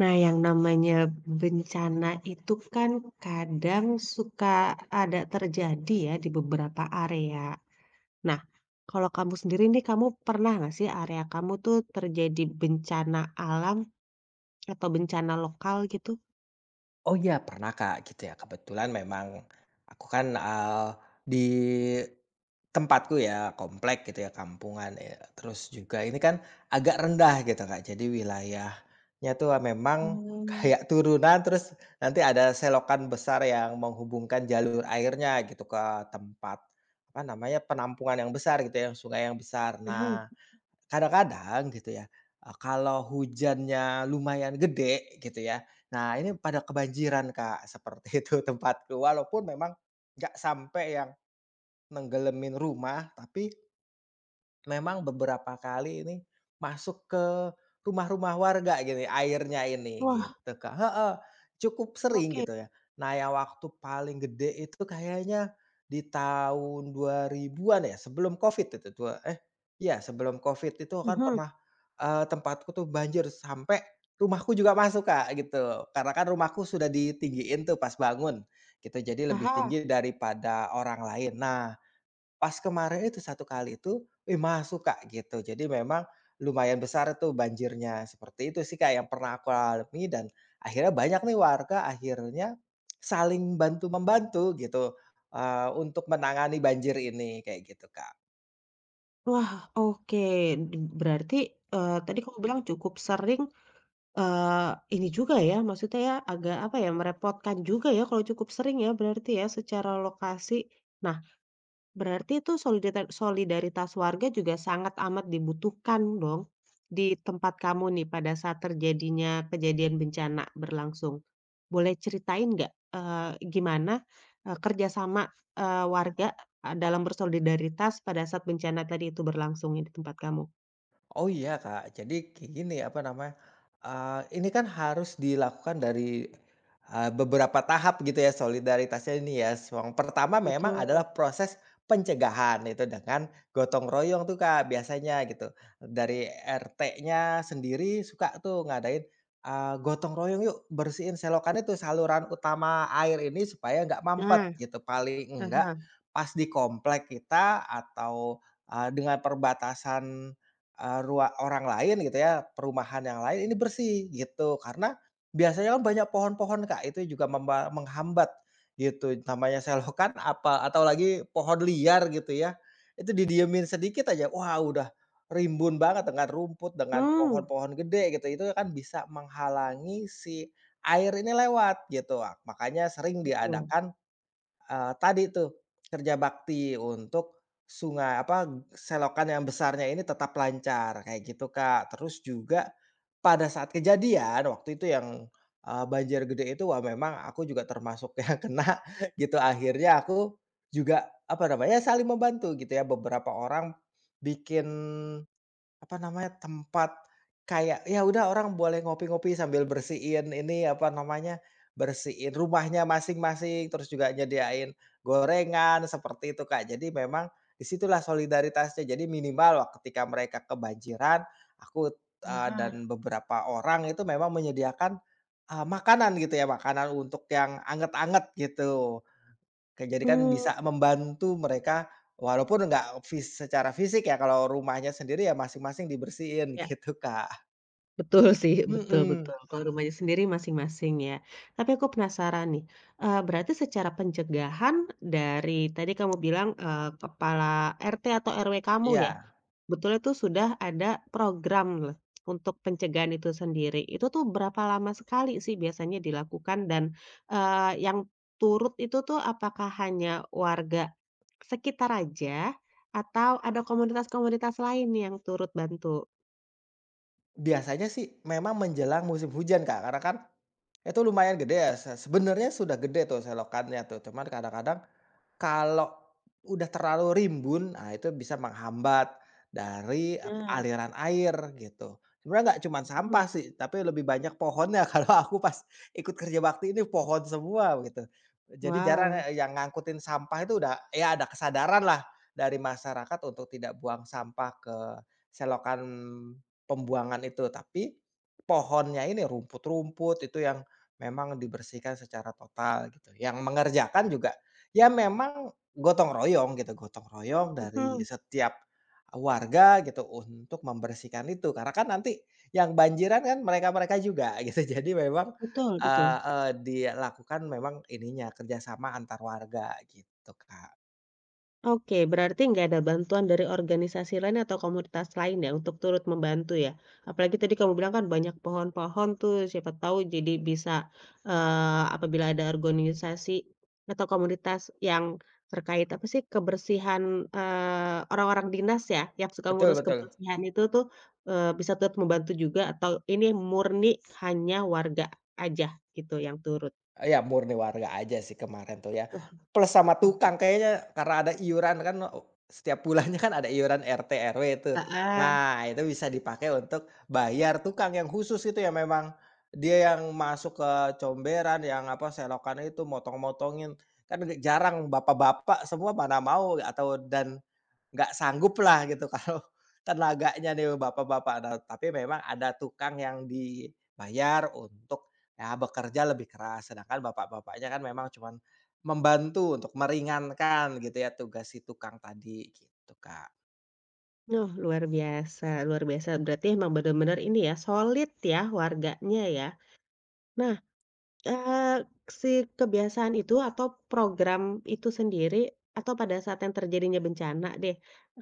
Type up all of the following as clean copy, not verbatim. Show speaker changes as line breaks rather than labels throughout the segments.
Nah, yang namanya bencana itu kan kadang suka ada terjadi ya di beberapa area. Nah, kalau kamu sendiri nih, kamu pernah nggak sih area kamu tuh terjadi bencana alam atau bencana lokal gitu?
Oh iya pernah Kak, gitu ya. Kebetulan memang aku kan, di tempatku ya, komplek gitu ya, kampungan, terus juga ini kan agak rendah gitu Kak, jadi wilayahnya tuh memang
Mmm.
kayak turunan, terus nanti ada selokan besar yang menghubungkan jalur airnya gitu ke tempat, apa namanya, penampungan yang besar gitu ya, sungai yang besar.
Aha,
Nah, kadang-kadang gitu ya, kalau hujannya lumayan gede gitu ya, nah ini pada kebanjiran, Kak, seperti itu tempatku. Walaupun memang nggak sampai yang nenggelemin rumah, tapi memang beberapa kali ini masuk ke rumah-rumah warga gini airnya ini
wah,
gitu, Kak, heeh, cukup sering
oke,
gitu ya. Nah yang waktu paling gede itu kayaknya di tahun 2000-an ya sebelum Covid itu iya sebelum Covid itu kan
mhm,
pernah, tempatku tuh banjir sampai rumahku juga masuk, Kak, gitu. Karena kan rumahku sudah ditinggiin tuh pas bangun gitu, jadi lebih
aha,
tinggi daripada orang lain. Nah, pas kemarin itu, satu kali itu, wih masuk, Kak, gitu. Jadi memang lumayan besar tuh banjirnya, seperti itu sih, Kak, yang pernah aku alami dan akhirnya banyak nih warga akhirnya saling bantu membantu gitu, untuk menangani banjir ini, kayak gitu, Kak.
wah, oke. Berarti, tadi kamu bilang cukup sering. Eee, ini juga ya, maksudnya ya agak apa ya, merepotkan juga ya kalau cukup sering ya berarti ya secara lokasi. Nah, berarti itu solidaritas warga juga sangat amat dibutuhkan dong di tempat kamu nih pada saat terjadinya kejadian bencana berlangsung. Boleh ceritain nggak, gimana, kerja sama, warga, dalam bersolidaritas pada saat bencana tadi itu berlangsung ya di tempat kamu?
Oh iya, Kak. Jadi kayak gini, apa namanya, ini kan harus dilakukan dari, beberapa tahap gitu ya solidaritasnya ini ya. Yang pertama memang
Betul.
adalah proses pencegahan itu dengan gotong royong tuh, Kak, biasanya gitu. Dari RT-nya sendiri suka tuh ngadain, gotong royong yuk bersihin selokannya tuh saluran utama air ini supaya nggak mampet
Nah,
gitu. Paling
ah
enggak
hah,
pas di komplek kita atau, dengan perbatasan rua orang lain gitu ya, perumahan yang lain ini bersih gitu. Karena biasanya kan banyak pohon-pohon, Kak, itu juga menghambat gitu, namanya selokan apa atau lagi pohon liar gitu ya, itu didiemin sedikit aja, wah udah rimbun banget dengan rumput, dengan
mmm,
pohon-pohon gede gitu, itu kan bisa menghalangi si air ini lewat gitu. Makanya sering
betul.
diadakan Eee, tadi tuh, kerja bakti untuk sungai apa, selokan yang besarnya ini tetap lancar, kayak gitu, Kak. Terus juga pada saat kejadian, waktu itu yang, banjir gede itu, wah memang aku juga termasuk yang kena gitu, akhirnya aku juga, apa namanya, saling membantu gitu ya. Beberapa orang bikin apa namanya, tempat kayak ya udah orang boleh ngopi-ngopi sambil bersihin ini, apa namanya, bersihin rumahnya masing-masing, terus juga nyediain gorengan, seperti itu, Kak. Jadi memang disitulah solidaritasnya. Jadi minimal ketika mereka kebanjiran, aku, dan
Aha.
beberapa orang itu memang menyediakan, makanan gitu ya, makanan untuk yang anget-anget gitu. Oke, jadi kan
Mmm,
bisa membantu mereka walaupun nggak fis secara fisik ya, kalau rumahnya sendiri ya masing-masing dibersihin
ya,
gitu, Kak.
betul sih, betul
Mhm,
betul, kalau rumahnya sendiri masing-masing ya. Tapi aku penasaran nih, berarti secara pencegahan dari tadi kamu bilang, kepala RT atau RW kamu ya,
iya.
betulnya tuh sudah ada program lah untuk pencegahan itu sendiri. Itu tuh berapa lama sekali sih biasanya dilakukan dan, yang turut itu tuh apakah hanya warga sekitar aja atau ada komunitas-komunitas lain yang turut bantu?
Biasanya sih memang menjelang musim hujan, Kak, karena kan itu lumayan gede ya, sebenarnya sudah gede tuh selokannya tuh, cuman kadang-kadang kalau udah terlalu rimbun, ah, itu bisa menghambat dari
Nah,
aliran air gitu. Sebenarnya nggak cuma
mhm,
sampah sih, tapi lebih banyak pohonnya kalau aku pas ikut kerja bakti ini pohon semua gitu. Jadi jarang
wow,
yang ngangkutin sampah itu udah ya ada kesadaran lah dari masyarakat untuk tidak buang sampah ke selokan pembuangan itu, tapi pohonnya ini, rumput-rumput itu yang memang dibersihkan secara total gitu. Yang mengerjakan juga ya memang gotong royong gitu, gotong royong dari
mhm,
setiap warga gitu untuk membersihkan itu. Karena kan nanti yang banjiran kan mereka-mereka juga gitu. Jadi memang,
betul betul.
eee eee, dilakukan memang ininya kerjasama antar warga gitu, Kak.
Oke, berarti nggak ada bantuan dari organisasi lain atau komunitas lain ya untuk turut membantu ya? Apalagi tadi kamu bilang kan banyak pohon-pohon tuh, siapa tahu jadi bisa, apabila ada organisasi atau komunitas yang terkait apa sih, kebersihan, orang-orang dinas ya, yang suka
Betul
ngurus
betul.
kebersihan itu tuh, bisa turut membantu juga atau ini murni hanya warga aja gitu yang turut?
Iya, murni warga aja sih kemarin tuh ya,
Oh,
plus sama
oke.
tukang kayaknya karena ada iuran kan, setiap bulannya kan ada iuran RT, RW itu.
Heeh.
Nah, itu bisa dipakai untuk bayar tukang yang khusus itu ya memang dia yang masuk ke comberan, yang apa, selokan itu, motong-motongin. Kan jarang bapak-bapak semua mana mau atau dan nggak sanggup lah gitu kalau tenaganya nih bapak-bapak. Nah, tapi memang ada tukang yang dibayar untuk, ya bekerja lebih keras, sedangkan bapak-bapaknya kan memang cuman membantu untuk meringankan gitu ya tugas si tukang tadi, gitu Kak.
Nuh luar biasa luar biasa. Berarti emang bener-bener ini ya, solid ya warganya ya. Nah, Eee, si kebiasaan itu atau program itu sendiri atau pada saat yang terjadinya bencana deh?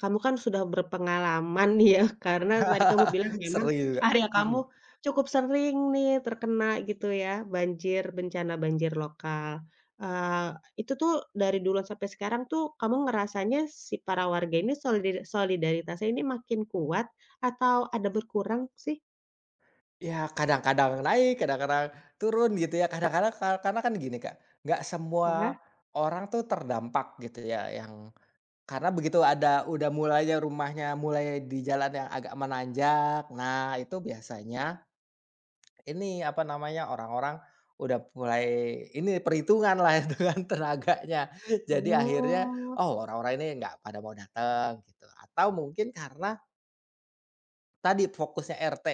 Kamu kan sudah berpengalaman nih ya, karena tadi kamu bilang memang
Seru juga,
area kamu
mhm.
cukup sering nih terkena gitu ya, banjir, bencana banjir lokal. Itu tuh dari dulu sampai sekarang tuh kamu ngerasanya si para warga ini solidaritasnya ini makin kuat atau ada berkurang sih?
Ya kadang-kadang naik, kadang-kadang turun gitu ya, kadang-kadang karena kan gini Kak, nggak
Ah
semua
hah.
orang tuh terdampak gitu ya yang karena begitu ada udah mulainya rumahnya mulai di jalan yang agak menanjak, nah itu biasanya ini, apa namanya, orang-orang udah mulai ini perhitungan lah dengan tenaganya. Jadi akhirnya,
Oh,
"Oh, orang-orang ini nggak pada mau datang," gitu. Atau mungkin karena tadi fokusnya RT.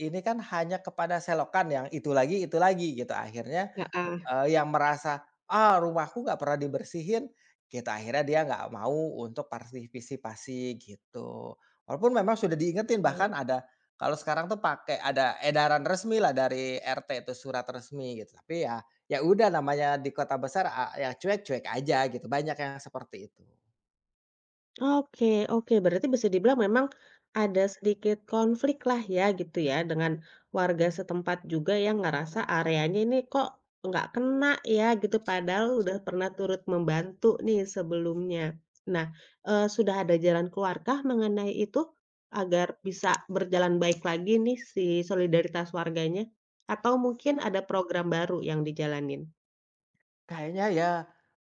Ini kan hanya kepada selokan yang itu lagi gitu, akhirnya,
heeh,
yang merasa, "Ah, rumahku nggak pernah dibersihin," gitu, akhirnya dia nggak mau untuk partisipasi gitu. Walaupun memang sudah diingetin
oke.
bahkan ada kalau sekarang tuh pakai ada edaran resmi lah dari RT itu, surat resmi gitu, tapi ya ya udah namanya di kota besar, ya cuek-cuek aja gitu, banyak yang seperti itu.
Oke oke, berarti bisa dibilang memang ada sedikit konflik lah ya gitu ya, dengan warga setempat juga yang ngerasa areanya ini kok nggak kena ya gitu, padahal udah pernah turut membantu nih sebelumnya. Nah, sudah ada jalan keluarkah mengenai itu? Agar bisa berjalan baik lagi nih si solidaritas warganya? Atau mungkin ada program baru yang dijalanin?
Kayaknya ya,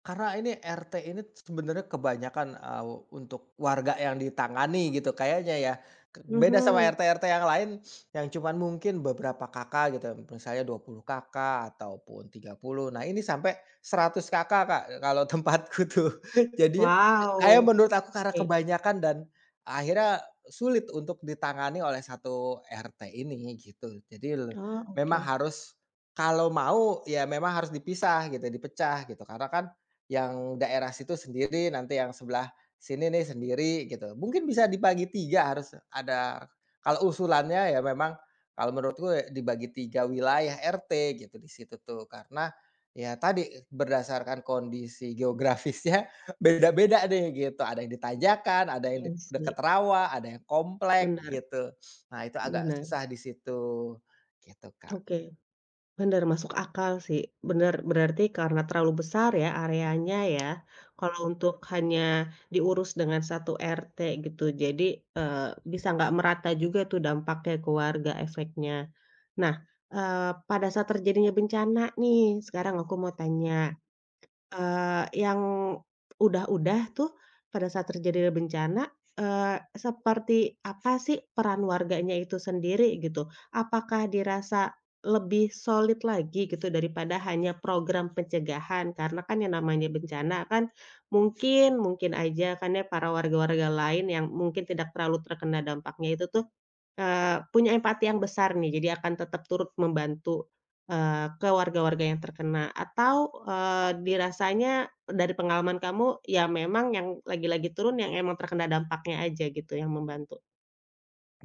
karena ini RT ini sebenarnya kebanyakan, untuk warga yang ditangani gitu kayaknya ya. Beda sama
Mhm.
RT-RT yang lain yang cuman mungkin beberapa kakak gitu, misalnya 20 kakak ataupun 30. Nah, ini sampai 100 kakak, Kak, kalau tempatku tuh. Jadinya kayak
Wow,
menurut aku karena
oke.
kebanyakan dan akhirnya sulit untuk ditangani oleh 1 RT ini gitu. Jadi
Oh
memang
oke.
harus kalau mau, ya memang harus dipisah gitu, dipecah gitu. Karena kan yang daerah situ sendiri, nanti yang sebelah sini nih sendiri gitu. Mungkin bisa dibagi 3 harus ada kalau usulannya ya memang kalau menurutku ya dibagi 3 wilayah RT gitu di situ tuh. Karena ya tadi berdasarkan kondisi geografisnya beda-beda nih gitu. Ada yang di tanjakan, ada yang
Iya sih,
deket rawa, ada yang komplek
bener.
gitu. Nah itu agak
Benar,
susah di situ, gitu Kak.
oke. Benar masuk akal sih. Benar berarti karena terlalu besar ya areanya ya, kalau untuk hanya diurus dengan 1 RT gitu, jadi, eee, bisa nggak merata juga tuh dampaknya ke warga, efeknya. Nah, pada saat terjadinya bencana nih, sekarang aku mau tanya, yang udah-udah tuh pada saat terjadi bencana, seperti apa sih peran warganya itu sendiri gitu? Apakah dirasa lebih solid lagi gitu daripada hanya program pencegahan? Karena kan yang namanya bencana kan mungkin mungkin aja kan ya para warga-warga lain yang mungkin tidak terlalu terkena dampaknya itu tuh. Punya empati yang besar nih, jadi akan tetap turut membantu, ke warga-warga yang terkena atau, dirasanya dari pengalaman kamu, ya memang yang lagi-lagi turun yang emang terkena dampaknya aja gitu yang membantu?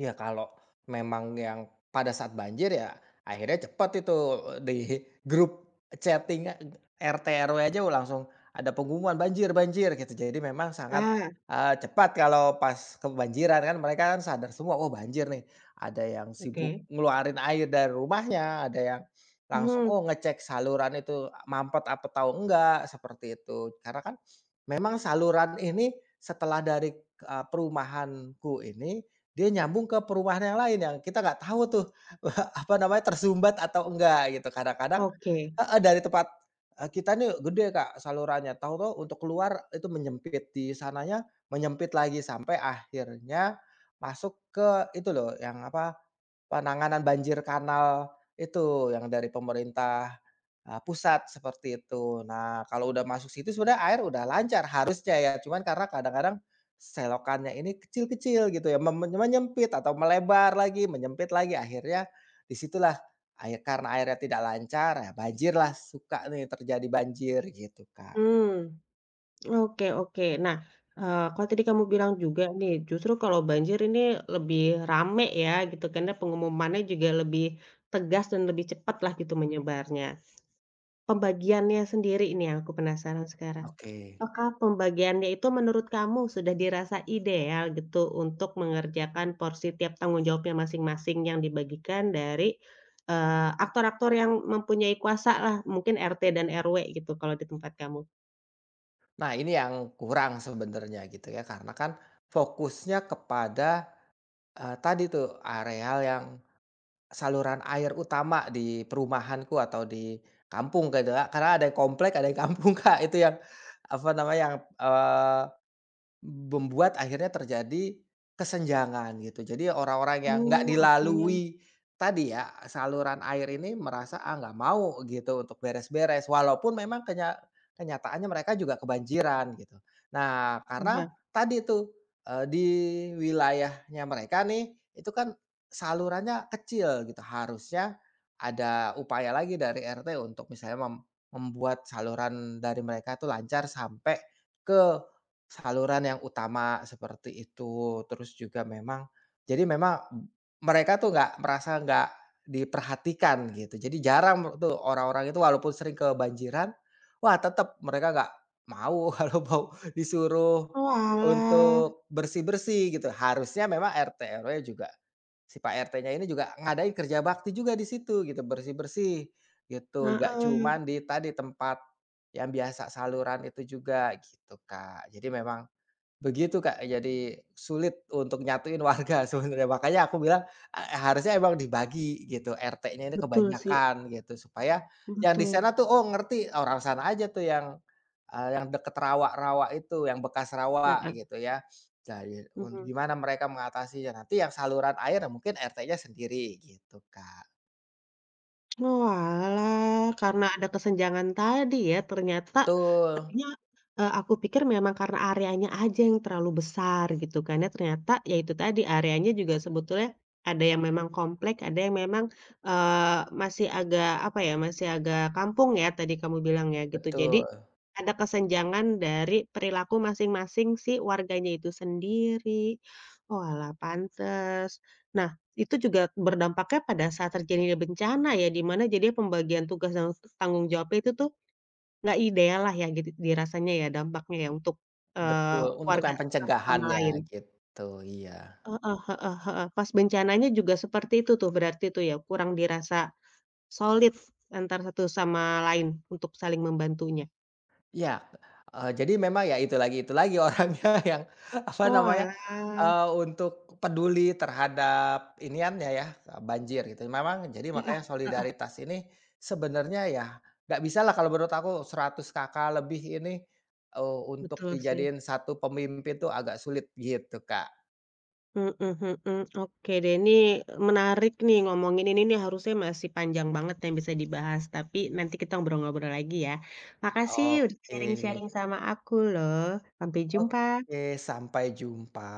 Ya kalau memang yang pada saat banjir ya akhirnya cepat itu di grup chatting RT RW aja langsung ada pengumuman banjir banjir gitu. Jadi memang sangat,
Ah,
cepat kalau pas kebanjiran kan mereka kan sadar semua, "Oh banjir nih." Ada yang sibuk
oke.
ngeluarin air dari rumahnya, ada yang langsung,
Mhm,
oh ngecek saluran itu mampet apa tahu enggak, seperti itu. Karena kan memang saluran ini setelah dari, perumahanku ini dia nyambung ke perumahan yang lain yang kita nggak tahu tuh, apa namanya, tersumbat atau enggak gitu. Kadang-kadang
oke.
heeh, dari tempat, kita nih gede Kak salurannya, tahu tuh untuk keluar itu menyempit, di sananya menyempit lagi sampai akhirnya masuk ke itu loh yang apa, penanganan banjir kanal itu yang dari pemerintah. Pusat seperti itu. Nah, kalau udah masuk situ sudah air udah lancar harusnya ya, cuman karena kadang-kadang selokannya ini kecil-kecil gitu ya, menyempit atau melebar lagi, menyempit lagi, akhirnya di situlah air karena airnya tidak lancar, ya banjirlah, suka nih terjadi banjir gitu, Kak.
Mmm, oke oke. Nah, kalau tadi kamu bilang juga nih, justru kalau banjir ini lebih rame ya gitu, karena pengumumannya juga lebih tegas dan lebih cepatlah gitu menyebarnya. Pembagiannya sendiri ini yang aku penasaran sekarang.
Oke.
Apakah pembagiannya itu menurut kamu sudah dirasa ideal gitu untuk mengerjakan porsi tiap tanggung jawabnya masing-masing yang dibagikan dari, aktor-aktor yang mempunyai kuasa lah, mungkin RT dan RW gitu kalau di tempat kamu?
Nah, ini yang kurang sebenarnya gitu ya, karena kan fokusnya kepada, tadi tuh areal yang saluran air utama di perumahanku atau di kampung gitu ya, karena ada yang komplek, ada yang kampung, Kak, itu yang, apa namanya, yang, membuat akhirnya terjadi kesenjangan gitu. Jadi orang-orang yang nggak
Oh, oke,
dilalui tadi ya, saluran air ini merasa, "Ah, nggak mau," gitu untuk beres-beres, walaupun memang kenyataannya mereka juga kebanjiran gitu. Nah, karena
iya.
tadi tuh, di wilayahnya mereka nih, itu kan salurannya kecil gitu, harusnya ada upaya lagi dari RT untuk misalnya membuat saluran dari mereka tuh lancar sampai ke saluran yang utama seperti itu, terus juga memang jadi memang mereka tuh nggak merasa nggak diperhatikan gitu. Jadi jarang tuh orang-orang itu walaupun sering kebanjiran, wah tetap mereka nggak mau kalau mau disuruh
Oalah.
untuk bersih-bersih gitu. Harusnya memang RT/RW juga, si Pak RT-nya ini juga ngadain kerja bakti juga di situ gitu, bersih-bersih gitu, nggak
Heeh,
cuman di tadi tempat yang biasa saluran itu juga gitu, Kak. Jadi memang begitu, Kak, jadi sulit untuk nyatuin warga sebenarnya. Makanya aku bilang, harusnya emang dibagi gitu, RT-nya ini
betul sih,
kebanyakan gitu, supaya yang di
betul.
sana tuh, oh ngerti, orang sana aja tuh yang, yang deket rawa-rawa itu, yang bekas rawa
Heeh,
gitu ya. Jadi untuk
mhm.
gimana mereka mengatasinya, nanti yang saluran air mungkin RT-nya sendiri gitu, Kak.
Walah, karena ada kesenjangan tadi ya ternyata,
Betul
tadinya, aku pikir memang karena areanya aja yang terlalu besar gitu kan ya, ternyata ya itu tadi areanya juga sebetulnya ada yang memang komplek, ada yang memang, masih agak apa ya, masih agak kampung ya tadi kamu bilang ya gitu. Jadi,
betul.
ada kesenjangan dari perilaku masing-masing si warganya itu sendiri. Walah, pantes. Nah itu juga berdampaknya pada saat terjadinya bencana ya, di mana jadi pembagian tugas dan tanggung jawabnya itu tuh nggak ideal lah ya gitu dirasanya ya dampaknya ya untuk,
Betul, untuk
warga
yang
satu sama lain.
pencegahannya gitu, iya.
Heeh heeh heeh, pas bencananya juga seperti itu tuh berarti tuh ya, kurang dirasa solid antar satu sama lain untuk saling membantunya.
Iya, jadi memang ya itu lagi orangnya yang apa namanya,
Oalah,
untuk peduli terhadap iniannya ya, banjir gitu. Memang jadi
heeh
makanya
heeh,
solidaritas ini sebenarnya ya nggak bisalah kalau menurut aku 100 kakak lebih ini, untuk
betul sih.
dijadiin satu pemimpin tuh agak sulit gitu, Kak.
Mhm mhm. Oke deh, ini menarik nih ngomongin ini nih, harusnya masih panjang banget yang bisa dibahas, tapi nanti kita ngobrol-ngobrol lagi ya. Makasih udah
Oke.
sharing-sharing sama aku loh. Sampai jumpa.
Oke, sampai jumpa.